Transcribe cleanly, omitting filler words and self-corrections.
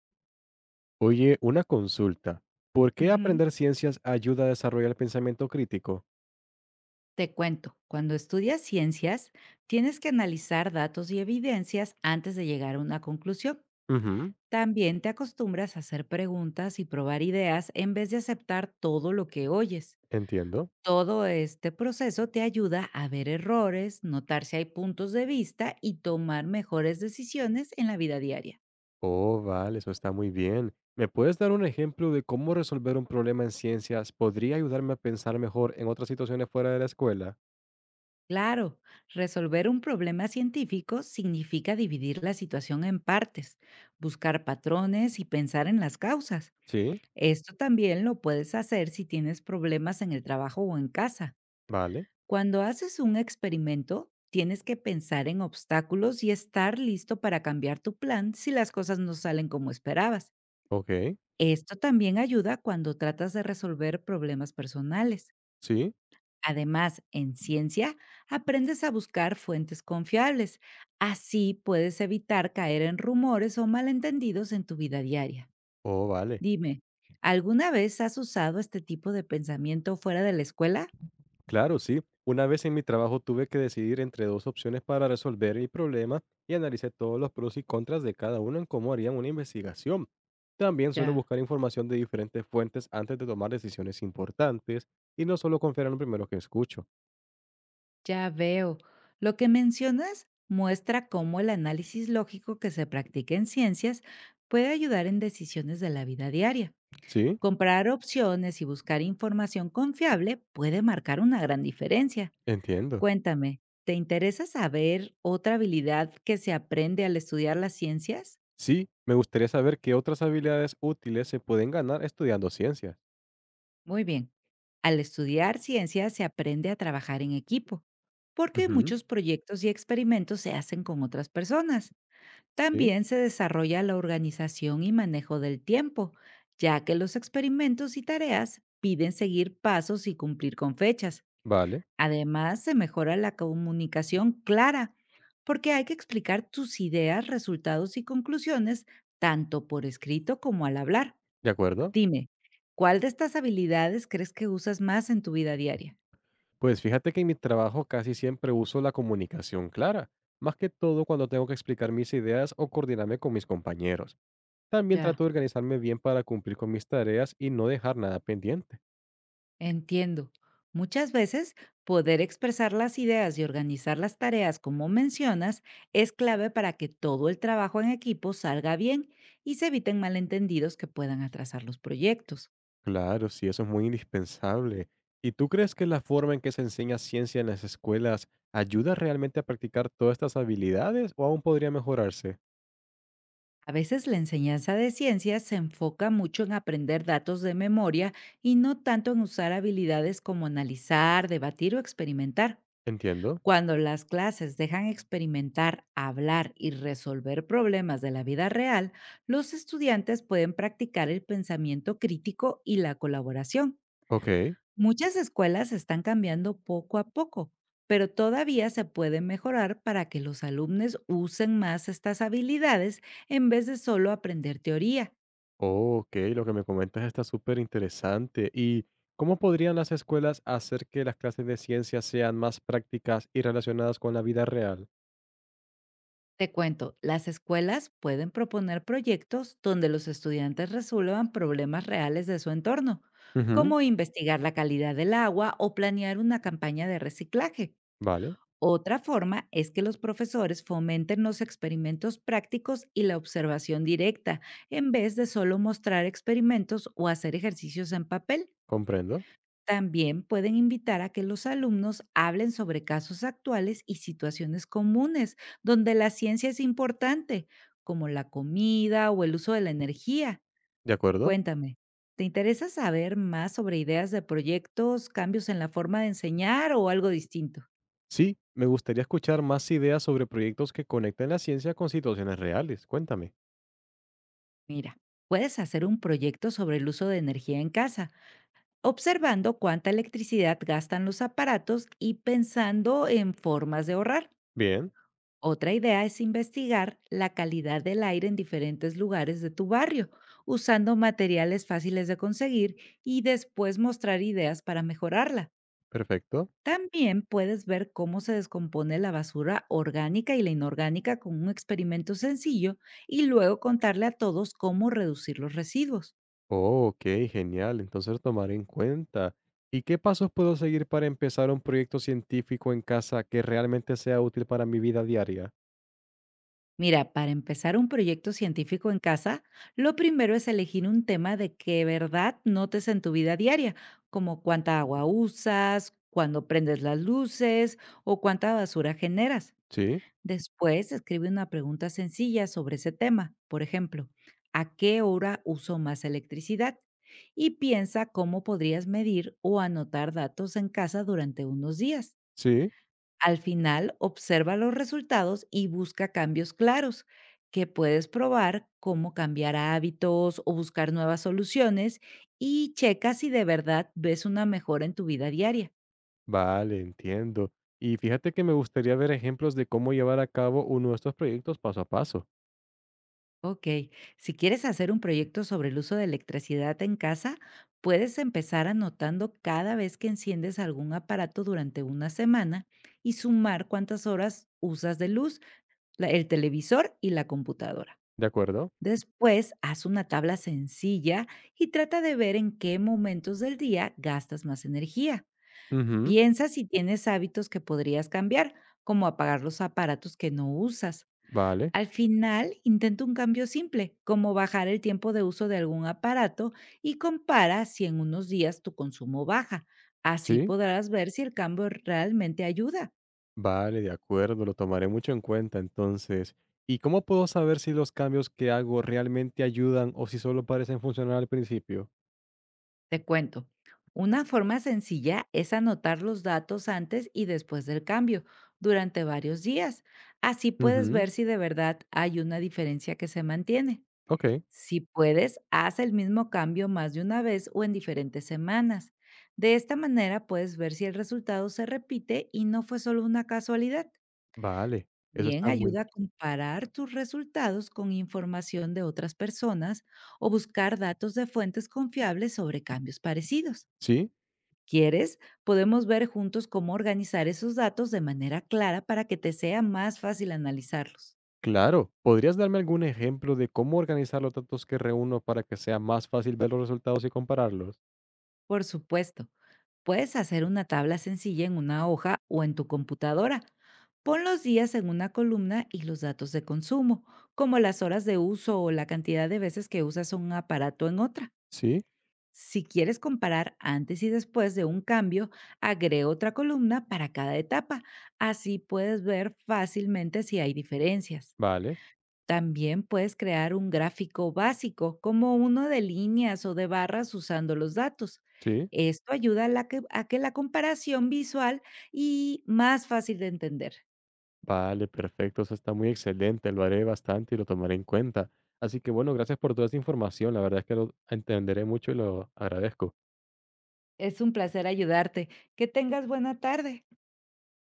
Oye, una consulta. ¿Por qué Ujú. aprender ciencias ayuda a desarrollar el pensamiento crítico? Te cuento, cuando estudias ciencias, tienes que analizar datos y evidencias antes de llegar a una conclusión. Ujú. También te acostumbras a hacer preguntas y probar ideas en vez de aceptar todo lo que oyes. Entiendo. Todo este proceso te ayuda a ver errores, notar si hay puntos de vista y tomar mejores decisiones en la vida diaria. Oh, vale, eso está muy bien. ¿Me puedes dar un ejemplo de cómo resolver un problema en ciencias podría ayudarme a pensar mejor en otras situaciones fuera de la escuela? Claro, resolver un problema científico significa dividir la situación en partes, buscar patrones y pensar en las causas. Sí, Esto también lo puedes hacer si tienes problemas en el trabajo o en casa. vale. Cuando haces un experimento, tienes que pensar en obstáculos y estar listo para cambiar tu plan si las cosas no salen como esperabas. Ok, Esto también ayuda cuando tratas de resolver problemas personales. sí. Además, en ciencia, aprendes a buscar fuentes confiables. Así puedes evitar caer en rumores o malentendidos en tu vida diaria. Oh, vale. Dime, ¿alguna vez has usado este tipo de pensamiento fuera de la escuela? Claro, sí. Una vez en mi trabajo tuve que decidir entre dos opciones para resolver mi problema y analicé todos los pros y contras de cada uno en cómo harían una investigación. También suelo Ya, buscar información de diferentes fuentes antes de tomar decisiones importantes y no solo confiar en lo primero que escucho. ya veo. Lo que mencionas muestra cómo el análisis lógico que se practica en ciencias puede ayudar en decisiones de la vida diaria. Sí, Comprar opciones y buscar información confiable puede marcar una gran diferencia. entiendo. Cuéntame, ¿te interesa saber otra habilidad que se aprende al estudiar las ciencias? Sí, me gustaría saber qué otras habilidades útiles se pueden ganar estudiando ciencias. Muy bien. Al estudiar ciencia se aprende a trabajar en equipo, porque Ujú. muchos proyectos y experimentos se hacen con otras personas. Sí, También se desarrolla la organización y manejo del tiempo, ya que los experimentos y tareas piden seguir pasos y cumplir con fechas. vale, Además, se mejora la comunicación clara, porque hay que explicar tus ideas, resultados y conclusiones tanto por escrito como al hablar. de acuerdo. Dime, ¿cuál de estas habilidades crees que usas más en tu vida diaria? Pues fíjate que en mi trabajo casi siempre uso la comunicación clara, más que todo cuando tengo que explicar mis ideas o coordinarme con mis compañeros. También Ya, trato de organizarme bien para cumplir con mis tareas y no dejar nada pendiente. entiendo. Muchas veces, poder expresar las ideas y organizar las tareas como mencionas es clave para que todo el trabajo en equipo salga bien y se eviten malentendidos que puedan atrasar los proyectos. Claro, sí, eso es muy indispensable. ¿Y tú crees que la forma en que se enseña ciencia en las escuelas ayuda realmente a practicar todas estas habilidades o aún podría mejorarse? A veces la enseñanza de ciencias se enfoca mucho en aprender datos de memoria y no tanto en usar habilidades como analizar, debatir o experimentar. Entiendo. Cuando las clases dejan experimentar, hablar y resolver problemas de la vida real, los estudiantes pueden practicar el pensamiento crítico y la colaboración. Ok. Muchas escuelas están cambiando poco a poco, pero todavía se puede mejorar para que los alumnos usen más estas habilidades en vez de solo aprender teoría. Ok, lo que me comentas está súper interesante. ¿Y cómo podrían las escuelas hacer que las clases de ciencia sean más prácticas y relacionadas con la vida real? Te cuento, las escuelas pueden proponer proyectos donde los estudiantes resuelvan problemas reales de su entorno, Ujú. como investigar la calidad del agua o planear una campaña de reciclaje. Vale, Otra forma es que los profesores fomenten los experimentos prácticos y la observación directa, en vez de solo mostrar experimentos o hacer ejercicios en papel. comprendo. También pueden invitar a que los alumnos hablen sobre casos actuales y situaciones comunes donde la ciencia es importante, como la comida o el uso de la energía. ¿De acuerdo? Cuéntame, ¿te interesa saber más sobre ideas de proyectos, cambios en la forma de enseñar o algo distinto? Sí, me gustaría escuchar más ideas sobre proyectos que conecten la ciencia con situaciones reales. Cuéntame. Mira, puedes hacer un proyecto sobre el uso de energía en casa, observando cuánta electricidad gastan los aparatos y pensando en formas de ahorrar. Bien, Otra idea es investigar la calidad del aire en diferentes lugares de tu barrio, usando materiales fáciles de conseguir y después mostrar ideas para mejorarla. perfecto. También puedes ver cómo se descompone la basura orgánica y la inorgánica con un experimento sencillo y luego contarle a todos cómo reducir los residuos. Oh, ok, genial. Entonces tomar en cuenta. ¿Y qué pasos puedo seguir para empezar un proyecto científico en casa que realmente sea útil para mi vida diaria? Mira, para empezar un proyecto científico en casa, lo primero es elegir un tema de que verdad notes en tu vida diaria, como cuánta agua usas, cuándo prendes las luces o cuánta basura generas. Sí, Después, escribe una pregunta sencilla sobre ese tema, por ejemplo, ¿a qué hora uso más electricidad? Y piensa cómo podrías medir o anotar datos en casa durante unos días. sí. Al final, observa los resultados y busca cambios claros, que puedes probar cómo cambiar hábitos o buscar nuevas soluciones y checa si de verdad ves una mejora en tu vida diaria. Vale, entiendo. Y fíjate que me gustaría ver ejemplos de cómo llevar a cabo uno de estos proyectos paso a paso. Ok, si quieres hacer un proyecto sobre el uso de electricidad en casa, puedes empezar anotando cada vez que enciendes algún aparato durante una semana y sumar cuántas horas usas de luz, el televisor y la computadora. ¿De acuerdo? Después, haz una tabla sencilla y trata de ver en qué momentos del día gastas más energía. Ujú. Piensa si tienes hábitos que podrías cambiar, como apagar los aparatos que no usas. Vale, Al final, intenta un cambio simple, como bajar el tiempo de uso de algún aparato y compara si en unos días tu consumo baja. Así sí. podrás ver si el cambio realmente ayuda. Vale, de acuerdo, lo tomaré mucho en cuenta entonces. ¿Y cómo puedo saber si los cambios que hago realmente ayudan o si solo parecen funcionar al principio? Te cuento. Una forma sencilla es anotar los datos antes y después del cambio, durante varios días. Así puedes Ujú. ver si de verdad hay una diferencia que se mantiene. Ok, Si puedes, haz el mismo cambio más de una vez o en diferentes semanas. De esta manera puedes ver si el resultado se repite y no fue solo una casualidad. vale. Eso Bien, está muy... ayuda a comparar tus resultados con información de otras personas o buscar datos de fuentes confiables sobre cambios parecidos. Sí, ¿Quieres? Podemos ver juntos cómo organizar esos datos de manera clara para que te sea más fácil analizarlos. claro. ¿Podrías darme algún ejemplo de cómo organizar los datos que reúno para que sea más fácil ver los resultados y compararlos? Por supuesto, puedes hacer una tabla sencilla en una hoja o en tu computadora. Pon los días en una columna y los datos de consumo, como las horas de uso o la cantidad de veces que usas un aparato en otra. Sí, Si quieres comparar antes y después de un cambio, agrega otra columna para cada etapa. Así puedes ver fácilmente si hay diferencias. vale, También puedes crear un gráfico básico, como uno de líneas o de barras usando los datos. sí. Esto ayuda a, a que la comparación visual y más fácil de entender. Vale, perfecto. Eso está muy excelente. Lo haré bastante y lo tomaré en cuenta. Así que bueno, gracias por toda esa información. La verdad es que lo entenderé mucho y lo agradezco. Es un placer ayudarte. Que tengas buena tarde.